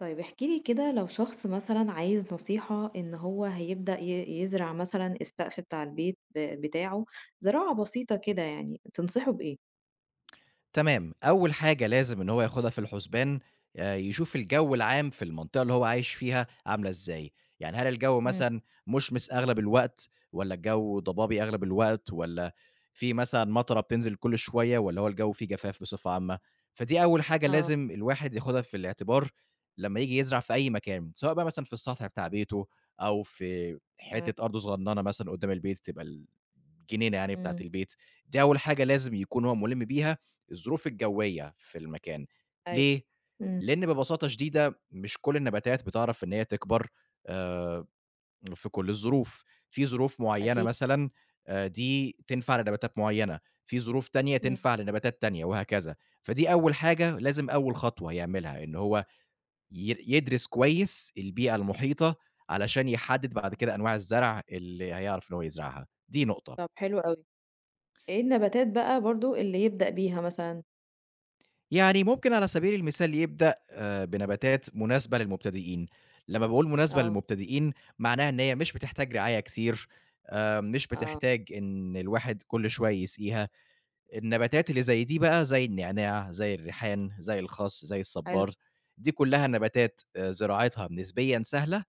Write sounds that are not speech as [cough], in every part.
طيب احكِ لي كده لو شخص مثلًا عايز نصيحة إن هو هيبدأ يزرع مثلًا السقف بتاع البيت بتاعه زراعة بسيطة كده يعني، تنصحه بإيه؟ تمام، أول حاجة لازم إن هو ياخدها في الحسبان يشوف الجو العام في المنطقة اللي هو عايش فيها عاملة إزاي، يعني هل الجو إمم، مثلًا مُشمِس أغلب الوقت والّا الجو ضبابي أغلب الوقت والّا في مثلًا مطرة بتنزل كل شوية والّا هو الجو فيه جفاف بصفة عامة، فدي أول حاجة آه، لازم الواحد ياخدها في الاعتبار لمّا ييجي يزرع في أي مكان، سواء بقى مثلًا في السطح بتاع بيته أو في تمام. حتة أرض صغننة مثلًا قدّام البيت تبقى الجنينة يعني بتاعة إمم، البيت، دي أول حاجة لازم يكون هو مُلِم بيها الظروف الجوية في المكان. أيوه، ليه؟ إمم، لإن ببساطة شديدة مش كل النباتات بتعرف إن هي تكبر آآ في كل الظروف، في ظروف معيّنة أكيد. مثلًا دي تنفع لنباتات معيّنة، في ظروف تانية إمم، تنفع لنباتات تانية وهكذا. فدي أول حاجة لازم أول خطوة يعملها، إن هو ي يدرس كويس البيئة المحيطة علشان يحدد بعد إمم. كده أنواع الزرع اللي هيعرف إن هو يزرعها، دي نقطة. طب حلو أوي. إيه النباتات بقى برضه اللي يبدأ بيها مثلًا؟ يعني ممكن على سبيل المثال يبدأ بنباتات مناسبة للمبتدئين، لمّا باقول مناسبة آه، للمبتدئين معناها إن هي مش بتحتاج رعاية كتير، مش آه، بتحتاج إن الواحد كل شوية يسقيها، النباتات اللي زي دي بقى زي النعناع، زي الريحان، زي الخاص، زي حلو. الصبار، دي كلها نباتات زراعتها نسبيًا سهلة،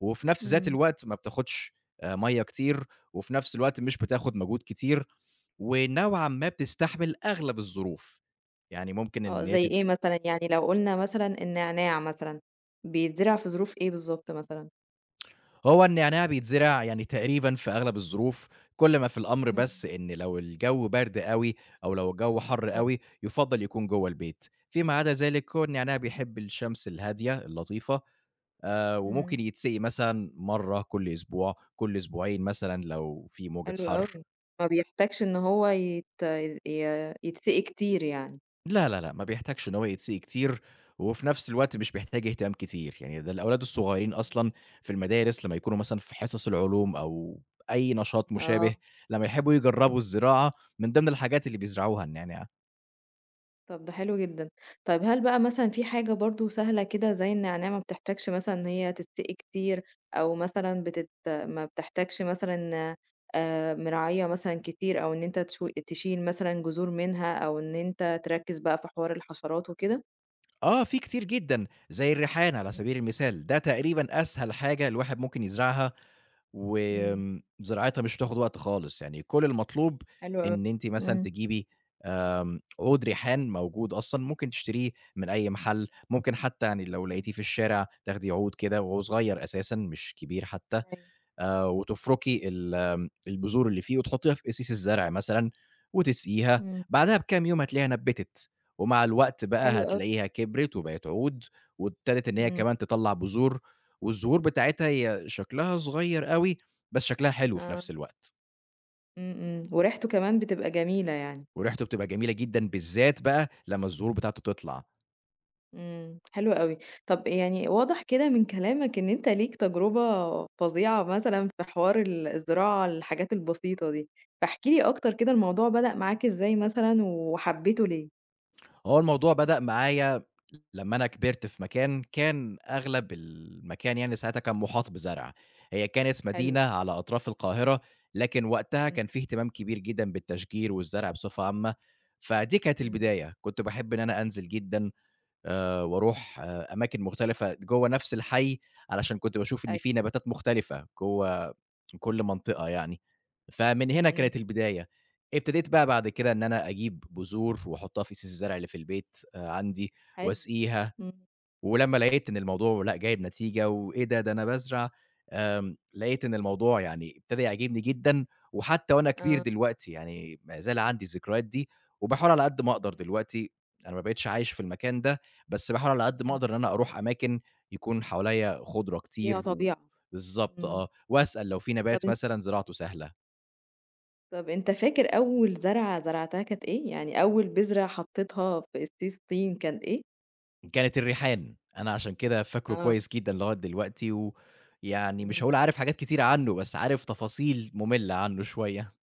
وفي نفس ذات إمم. الوقت ما بتاخدش مَيّة كتير، وفي نفس الوقت مش بتاخد مجهود كتير، ونوعًا ما بتستحمل أغلب الظروف، يعني ممكن آه، إن هي زي إيه مثلًا؟ يعني لو قُلنا مثلًا النعناع مثلًا، بيتزرع في ظروف إيه بالضبط مثلًا؟ هو النعناع بيتزرع يعني تقريبًا في أغلب الظروف، كل ما في الأمر إمم. بس إن لو الجو برد أوي أو لو الجو حَر آه، أوي، يُفضّل يكون جوّه البيت. فيما عدا ذلك، هو النعناع بيحب الشمس الهادية اللطيفة إمم. وممكن يتسقي مثلًا مرّة كل أسبوع، كل أسبوعين مثلًا لو في موجة حلو حَر. أوي، ما بيحتاجش إن هو يت ي يتسقي كتير يعني. لا، لا، لأ، ما بيحتاجش إن هو يتسقي كتير، وفي نفس الوقت مش بيحتاج اهتمام كتير، يعني ده الأولاد الصغيرين أصلًا في المدارس لمّا يكونوا مثلًا في حصص العلوم أو أي نشاط مشابه، آه، لمّا يحبوا يجرّبوا إمم، الزراعة من ضمن الحاجات اللي إمم، بيزرعوها النعناع. طب ده حلو جدًا. طيب هل بقى مثلًا في حاجة برضه سهلة كده زي النعناع ما بتحتاجش مثلًا إن هي تتسقي كتير، أو مثلًا ما بتحتاجش مثلًا مراعية مثلًا كتير، أو إن أنت تشيل مثلًا جذور منها، أو إن أنت تركّز بقى في حوار الحشرات وكده؟ آه، في كتير جدًا، زي الريحان على إمم، سبيل المثال، ده تقريبًا أسهل حاجة الواحد ممكن يزرعها، إمم، زراعتها مش بتاخد وقت خالص، يعني كل المطلوب حلو أوي. إن أنتِ مثلًا إمم، تجيبي عود ريحان موجود أصلًا، ممكن تشتريه من أي محل، ممكن حتى يعني لو إمم، لقيتيه في الشارع تاخدي عود كده وهو صغير أساسًا مش كبير حتى، أيوه، وتفرُكي ال آمم، البذور اللي فيه وتحطيها في قسيس الزرع مثلًا وتسقيها، إمم، بعدها بكام يوم هتلاقيها نبّتت، ومع الوقت بقى حلو أوي، هتلاقيها كبرت وبقت عود، وابتدت إن هي إمم، كمان تطلّع بذور، والزهور بتاعتها هي شكلها صغير أوي، بس شكلها حلو في آه. نفس الوقت، إمم، إمم، وريحته كمان بتبقى جميلة يعني، وريحته بتبقى جميلة جدًا، بالذات بقى لمّا الزهور بتاعته تطلع. إمم، حلو أوي. طب يعني واضح كده من كلامك إن أنت ليك تجربة فظيعة مثلًا في حوار الزراعة الحاجات البسيطة دي، فاحكِ لي أكتر كده الموضوع بدأ معاك إزاي مثلًا وحبيته ليه؟ هو الموضوع بدأ معايا لمّا أنا كبرت في مكان، كان أغلب المكان يعني ساعتها كان مُحاط بزرع، هي كانت حلو، مدينة على أطراف القاهرة، لكن وقتها إمم، كان في اهتمام كبير جدًا بالتشجير والزرع بصفة عامة، فدي كانت إمم، البداية، كنت باحب إن أنا أنزل جدًا وأروح أماكن مختلفة جوّه نفس الحي، علشان كنت باشوف إن أيوه، في نباتات مختلفة جوّه كل منطقة يعني. فمن إمم، هنا إمم، كانت البداية. ابتديت بقى بعد كده إن أنا أجيب بذور وأحطها في سيس الزرع اللي في البيت عندي حلو، وأسقيها. إمم، ولمّا لقيت إن الموضوع لأ جايب نتيجة وإيه ده، ده أنا بازرع لقيت إن الموضوع يعني ابتدى يعجبني جدًا، وحتى وأنا كبير آه، دلوقتي يعني ما زال عندي الذكريات دي، وباحاول على قد ما أقدر إمم، دلوقتي أنا ما بقيتش عايش في المكان ده، بس باحاول على قد ما إمم، أقدر إن أنا أروح أماكن يكون حواليّا خُضرة فيها كتير طبيعة، بالضبط إمم، آه، وأسأل لو في طب نبات أن مثلًا زراعته سهلة. طب أنت فاكر أول زرعة زرعتها كانت إيه؟ يعني أول بذرة حطيتها في قصيص طين كان إيه؟ كانت الريحان، أنا عشان كده فاكره آه، كويس جدًا لغاية دلوقتي، ويعني مش إمم. هاقول عارف حاجات كتيرة عنه، بس عارف تفاصيل مملة عنه شوية.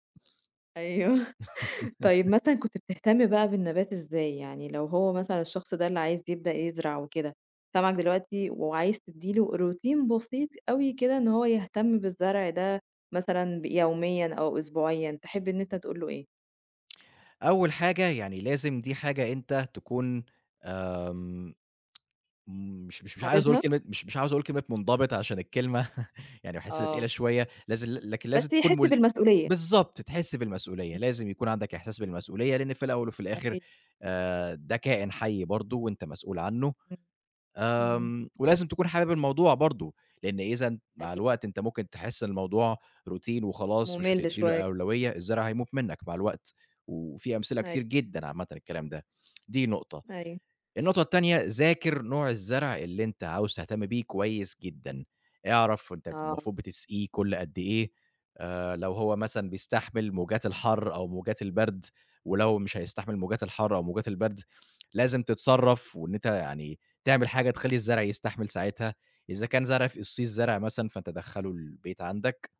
أيوه. [laughs] طيب مثلًا كنت بتهتم بقى بالنبات إزاي؟ يعني لو هو مثلًا الشخص ده اللي عايز يبدأ يزرع وكده، سامعك دلوقتي وعايز تدّي له روتين بسيط أوي كده إن هو يهتم بالزرع ده مثلًا يوميًا أو أسبوعيًا، تحب إن أنت تقول له إيه؟ أول حاجة يعني لازم دي حاجة أنت تكون آمم، مش مش مش عايز أقول حاببها؟ كلمة مش مش عاوز أقول كلمة منضبط عشان الكلمة [laughs] يعني باحسها آه. تقيلة شوية، لكن لازم بس تكون يحس مل بالمسؤولية. بالضبط، تحس بالمسؤولية، إمم. لازم يكون عندك إحساس بالمسؤولية، لأن في الأول وفي الآخر أكيد. ده كائن حي برضه وأنت مسؤول عنه. إمم. إمم. ولازم تكون حابب الموضوع برضه، لإن إذًا مع أكيد. الوقت أنت ممكن تحس إن الموضوع روتين وخلاص مش مُمِل هتدّي له شوية. أولوية، الزرع هيموت منّك مع الوقت، وفي أمثلة كتير أيوه. جدًا عامةً الكلام ده، دي نقطة. أيوه. النقطة التانية، ذاكر نوع الزرع اللي أنت عاوز تهتم بيه كويس جدًا، اعرف أنت آه. المفروض بتسقيه كل قد إيه. لو هو مثلًا بيستحمل موجات الحر أو موجات البرد، ولو مش هيستحمل موجات الحر أو موجات البرد، لازم تتصرّف وإن أنت يعني تعمل حاجة تخلّي الزرع يستحمل ساعتها، إذا كان زرع في قصيص زرع مثلًا فأنت دخّله البيت عندك،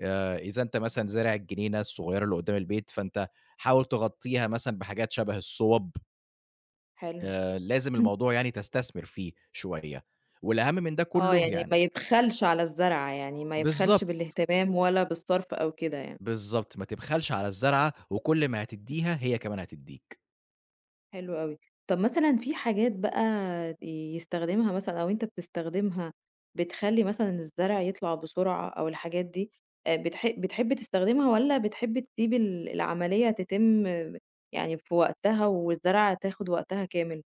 إذا أنت مثلًا إمم. زارع الجنينة الصغيرة اللي قدّام البيت، فأنت حاول تغطّيها مثلًا بحاجات شبه الصوَب، حلو. لازم [clears throat] الموضوع يعني تستثمر فيه شوية، والأهم من ده آه، كلّه يعني يعني. ما يبخلش على الزرعة، يعني ما يبخلش بالضبط، بالاهتمام ولا بالصرف أو كده يعني. بالضبط، ما تبخلش على الزرعة وكل ما إمم. هتدّيها هي كمان هتدّيك. حلو أوي. طَب مثلًا في حاجات بقى يستخدمها مثلًا أو أنت بتستخدمها بتخلّي مثلًا الزرع يطلع بسرعة أو الحاجات دي، بتحب تستخدمها والّا بتحب تسيب العملية تتم آه، يعني في وقتها والزرعة تاخد وقتها كامل؟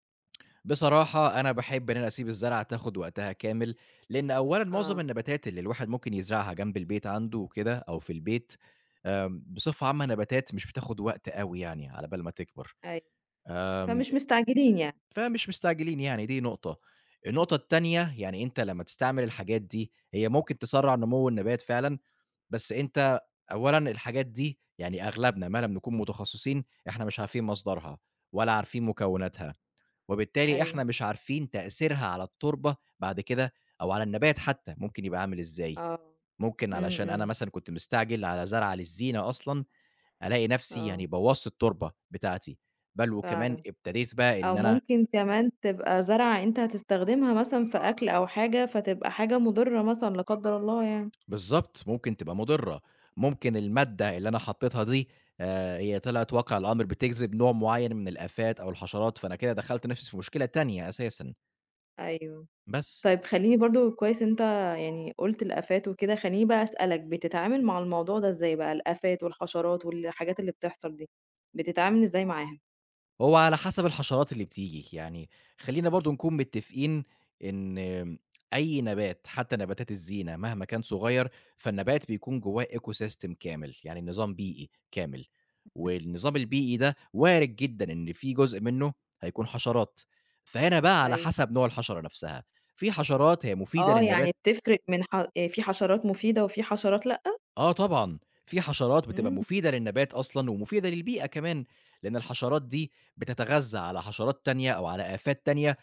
بصراحة أنا باحب إن أنا أسيب الزرعة تاخد وقتها كامل، لإن أولًا معظم آه، النباتات اللي الواحد ممكن يزرعها جنب البيت عنده وكده أو في البيت، بصفة عامة نباتات مش بتاخد وقت أوي يعني على بال ما تكبر، أيوه. آمم، فمش مستعجلين يعني. فمش مستعجلين يعني دي نقطة. النقطة التانية يعني أنت لمّا تستعمل الحاجات دي، هي ممكن تسرّع نمو النبات فعلًا، بس أنت أولًا الحاجات دي يعني أغلبنا ما لم نكون متخصصين، إحنا مش عارفين مصدرها ولا عارفين مكوناتها. وبالتالي أيوه، إحنا مش عارفين تأثيرها على التربة بعد كده أو على النبات حتى ممكن يبقى عامل إزاي. آه. ممكن إمم، علشان أنا إمم، مثلًا كنت مستعجل على زرعة للزينة أصلًا، ألاقي نفسي آه، يعني بوّظت التربة بتاعتي، بل وكمان فعلًا. ابتديت بقى أو إن أنا ممكن كمان تبقى زرعة أنت هتستخدمها مثلًا في أكل أو حاجة، فتبقى حاجة مُضرة مثلًا لا قدّر الله يعني. بالضبط، ممكن تبقى مضرة، ممكن المادة اللي أنا حطيتها دي هي طلعت واقع الأمر بتجذب نوع معين من الآفات أو الحشرات، فأنا كده دخّلت نفسي في مشكلة تانية أساسًا، أيوه. بس. طيب خلّيني برضه كويس أنت يعني قُلت الآفات وكده، خلّيني بقى أسألك بتتعامل مع الموضوع ده إزاي بقى، الآفات والحشرات والحاجات اللي بتحصل دي، بتتعامل إزاي معاها؟ هو على حسب الحشرات اللي بتيجي، يعني خلّينا برضه نكون متّفقين إن أي نبات حتى نباتات الزينة مهما كان صغير، فالنبات بيكون جوّاه ecosystem كامل، يعني نظام بيئي كامل، والنظام البيئي ده وارد جدًا إن في جزء منّه هيكون حشرات، فهنا بقى على أيوه. حسب نوع الحشرة نفسها، في حشرات هي مفيدة آه، يعني للنبات. بتفرق من ح في حشرات مفيدة وفي حشرات لأ؟ آه طبعًا، في حشرات بتبقى إمم، مفيدة للنبات أصلًا ومفيدة للبيئة كمان، لإن الحشرات دي بتتغذى على حشرات تانية أو على آفات تانية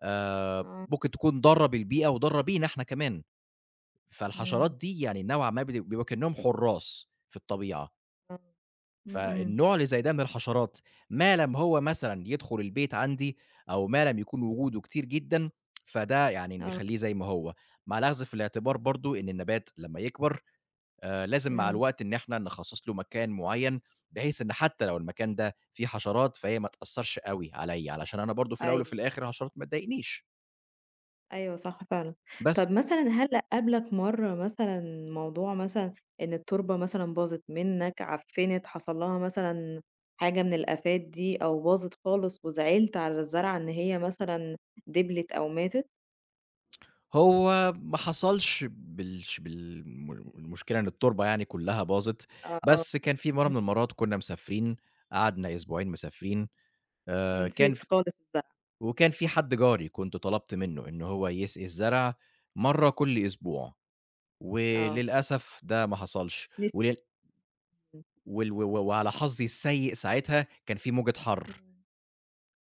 آه، ممكن تكون ضارة بالبيئة وضارة بينا إحنا كمان، فالحشرات إمم، دي يعني نوعًا ما بيبقوا كإنّهم حُرّاس في الطبيعة، آه. إمم، إمم، فالنوع اللي زي ده من الحشرات ما لم هو مثلًا يدخل البيت عندي أو ما لم يكون وجوده كتير جدًا، فده يعني آه، نخلّيه زي ما هو، مع الأخذ في الاعتبار برضه إن النبات لمّا يكبر لازم مع إمم، الوقت إن إحنا نخصّص له مكان معيّن، بحيث إن حتى لو المكان ده فيه حشرات فهي ما تأثّرش أوي عليّا، علشان أنا برضه في الأول وفي أيوه. الآخر الحشرات ما تضايقنيش، أيوه صح فعلًا. بس. طَب مثلًا هل قابلك مرّة مثلًا موضوع مثلًا إن التوربة مثلًا باظت منّك، عفّنت، حصل لها مثلًا حاجة من الآفات دي أو باظت خالص وزعلت على الزرعة إن هي مثلًا دِبلِت أو ماتت؟ هو ما حصلش بالش بالم المشكلة إن التوربة يعني كلّها باظت، آه، آه، بس كان في مرّة إمم، من المرّات كنّا مسافرين، قعدنا أسبوعين مسافرين، كان ونسيت ف خالص الزرعة، وكان في حد جاري كنت طلبت منّه إن هو يسقي الزرع مرّة كل أسبوع، آه، وللأسف ده ما حصلش، نسي ولل إمم، وال و و- وعلى حظي السيء ساعتها كان في موجة حَر. إمم،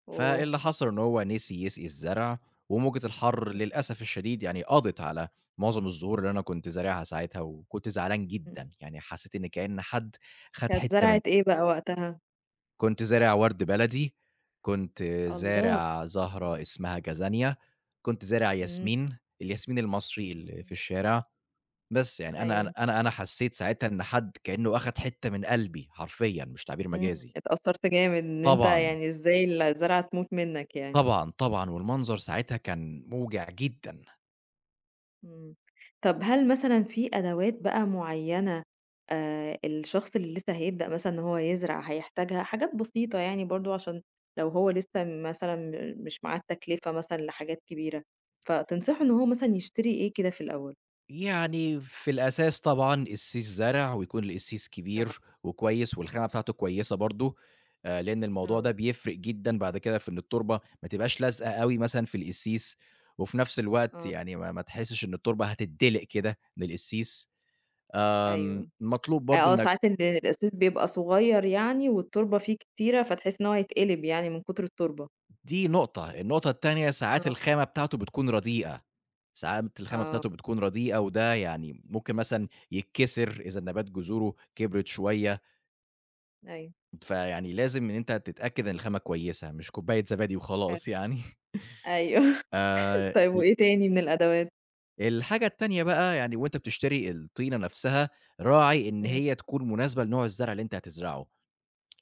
أوه! فاللي حصل إن هو نسي يسقي الزرع، وموجة الحر إمم، للأسف الشديد يعني قضِت على معظم الزهور اللي أنا كنت زارعها ساعتها، وكنت زعلان إمم، جدًا، يعني حسّيت إن كإن حد خَد كانت حتّة من زرعة إيه بقى وقتها؟ كنت زارع ورد بلدي، كنت الله! زارع زهرة إمم، اسمها جازانيا، كنت زارع إمم، ياسمين، الياسمين المصري إمم، اللي في إمم، الشارع، بس يعني أنا أنا أيوه. أنا أنا حسّيت ساعتها إن حد كإنه أخَد حتّة من قلبي حرفيًا مش تعبير إمم، مجازي. اتأثّرت جامد إن أنت طبعًا، يعني إزاي الزرعة تموت منّك يعني، طبعًا، طبعًا، والمنظر ساعتها كان موجِع جدًا. إمم. طَب هل مثلًا في أدوات بقى معيّنة الشخص اللي لسه هيبدأ مثلًا إن هو يزرع هيحتاجها، حاجات بسيطة يعني برضه عشان لو هو لسه مثلًا مش معاه التكلفة مثلًا لحاجات كبيرة، فتنصحه إن هو مثلًا يشتري إيه كده في الأول؟ يعني في الأساس طبعًا السيس زرع ويكون القسيس آه، كبير وكويس والخامة بتاعته كويسة برضه، لإن الموضوع ده آه، بيفرق جدًا بعد كده في إن التربة ما تبقاش لازقة أوي مثلًا في القسيس، وفي نفس الوقت آه، يعني ما ما تحسش إن التربة هتدلق كده من القسيس، أيوه. مطلوب برضه آه، إنك. ساعات القصيص بيبقى صغيّر يعني والتربة فيه كتيرة فتحس إن هو هيتقلب يعني من كتر التربة. دي نقطة، النقطة التانية ساعات آه، الخامة بتاعته بتكون رديئة، آه، وده يعني ممكن مثلًا يتكسر إذا النبات جذوره كبرت شوية. أيوه. فيعني لازم إن أنت تتأكد إن الخامة كويسة، مش كوباية زبادي حلو. وخلاص يعني. [laughs] أيوه. [laughs] طيب ال وإيه تاني من الأدوات؟ الحاجة التانية بقى يعني وأنت بتشتري الطينة نفسها، راعي إن إمم. هي تكون مناسبة لنوع الزرع اللي أنت هتزرعه،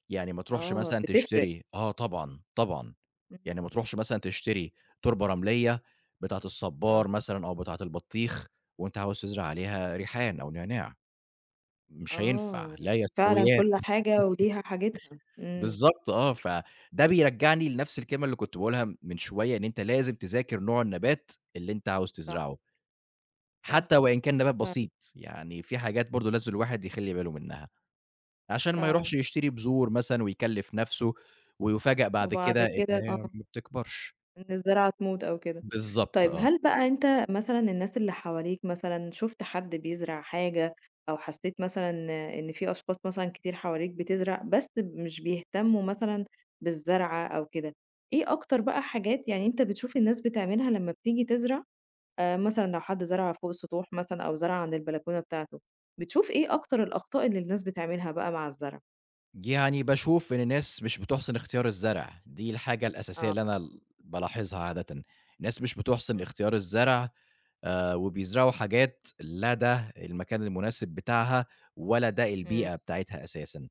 يعني ما تروحش آه، مثلًا بتفرق. تشتري. آه طبعًا، طبعًا. إمم. يعني ما تروحش مثلًا تشتري تربة رملية بتاعة آه. الصبار مثلًا أو بتاعة البطيخ وأنت عاوز تزرع عليها ريحان أو نعناع، مش هينفع، آه. لا يعني فعلًا يستويان. كل حاجة وليها حاجتها. إمم. بالضبط آه، فده بيرجّعني لنفس الكلمة اللي كنت باقولها من شوية، إن أنت لازم تذاكر نوع النبات اللي أنت عاوز صح، تزرعه، صح. حتى وإن كان نبات فعلًا، بسيط، يعني في حاجات برضه لازم الواحد يخلّي باله منها، عشان ما فعلًا. يروحش يشتري بذور مثلًا ويكلّف نفسه، ويُفاجأ بعد وبعد كده كده إنها آه. ما بتكبرش. إن الزرعة تموت أو كده. بالضبط طيب آه. هل بقى أنت مثلًا الناس اللي حواليك مثلًا شُفت حد بيزرع حاجة أو حسّيت مثلًا إن في أشخاص مثلًا كتير حواليك بتزرع بس مش بيهتمّوا مثلًا بالزرعة أو كده، إيه أكتر بقى حاجات يعني أنت بتشوف الناس بتعملها لمّا بتيجي تزرع، مثلًا لو حد زرع فوق السطوح مثلًا أو زرع عند البلكونة بتاعته، بتشوف إيه أكتر الأخطاء اللي الناس بتعملها بقى مع الزرع؟ يعني باشوف إن الناس مش بتحسن اختيار الزرع، دي الحاجة الأساسية آه. اللي أنا بالاحظها عادةً، الناس مش بتحسن إمم. اختيار الزرع وبيزرعوا حاجات لا ده المكان المناسب بتاعها ولا ده إمم. البيئة بتاعتها أساسًا،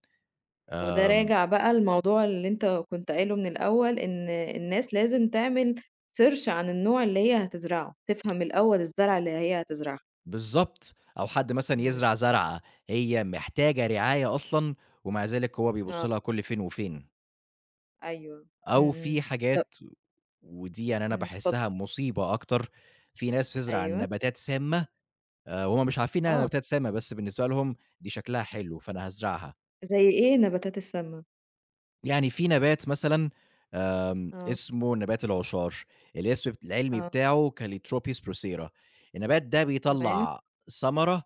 وده آمم، راجع بقى لموضوع اللي أنت كنت قايله من الأول، إن الناس لازم تعمل search عن النوع اللي هي هتزرعه، تفهم الأول الزرعة اللي هي هتزرعها. بالضبط، أو حد مثلًا إمم، يزرع زرعة هي محتاجة رعاية أصلًا ومع ذلك هو بيبُص آه، لها كل فين وفين، أيوه، إمم، أو إمم، في طب حاجات ودي يعني أنا إمم، باحسها اتفضل. مصيبة أكتر، في ناس بتزرع أيوه، نباتات سامة وهُم مش عارفين إنها آه، نباتات سامة، بس بالنسبة لهم دي شكلها حلو، فأنا هازرعها. زي إيه نباتات السَمّة؟ يعني في نبات مثلًا آه، اسمه نبات العشار، الاسم العلمي آه، بتاعه Calotropis procera. النبات ده تمام، بيطلّع ثمرة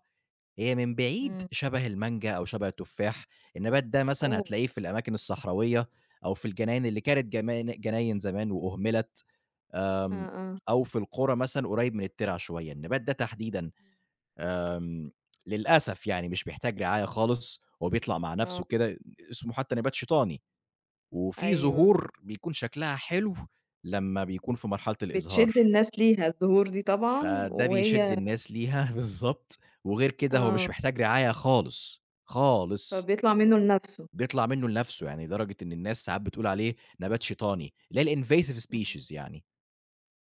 هي من بعيد إمم، شبه المانجا أو شبه التفاح، النبات ده مثلًا أوه! هتلاقيه في الأماكن الصحراوية أو في الجناين اللي كانت جناين زمان وأُهملت، آمم آه، آه، أو في القرى مثلًا قريب من الترع شوية، النبات ده تحديدًا. آمم، للأسف يعني مش بيحتاج رعاية خالص، هو بيطلع مع نَفْسه آه، كده، اسمه حتى نبات شيطاني، وفي أيوه، زهور بيكون شكلها حلو لمّا بيكون في مرحلة الإزهار، بتشد الناس ليها الزهور دي طبعًا، فده بيشِد وهي الناس ليها [laughs] بالضبط، وغير كده هو مش آه، محتاج رعاية خالص، خالص، فبيطلع منه لنفسه. بيطلع منّه لنَفْسه، يعني لدرجة إن الناس ساعات بتقول عليه نبات شيطاني، اللي هي الinvasive إمم، species يعني.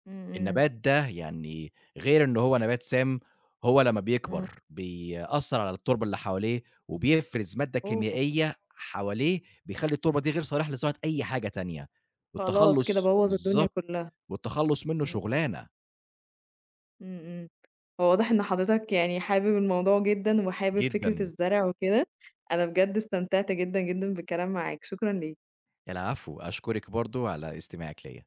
إمم، إمم، النبات ده يعني غير إن هو نبات سام، هو لمّا إمم، بيكبر بيأثّر على التربة اللي حواليه، وبيفرز مادة أوه! كيميائية حواليه، بيخلّي التربة دي غير صالحة لزراعة أي حاجة تانية، خلاص كده بوّظ الدنيا بالضبط، كلّها. والتخلُّص منّه إمم، شُغلانة إمم، إمم. هو واضح إن حضرتك يعني حابب الموضوع جدًا وحابب فكرة جدًا. الزرع وكده. أنا بجد استمتعت جدًا، جدًا بالكلام معاك، شكرًا ليك. العفو، أشكرِك برضه على استماعِك ليّا.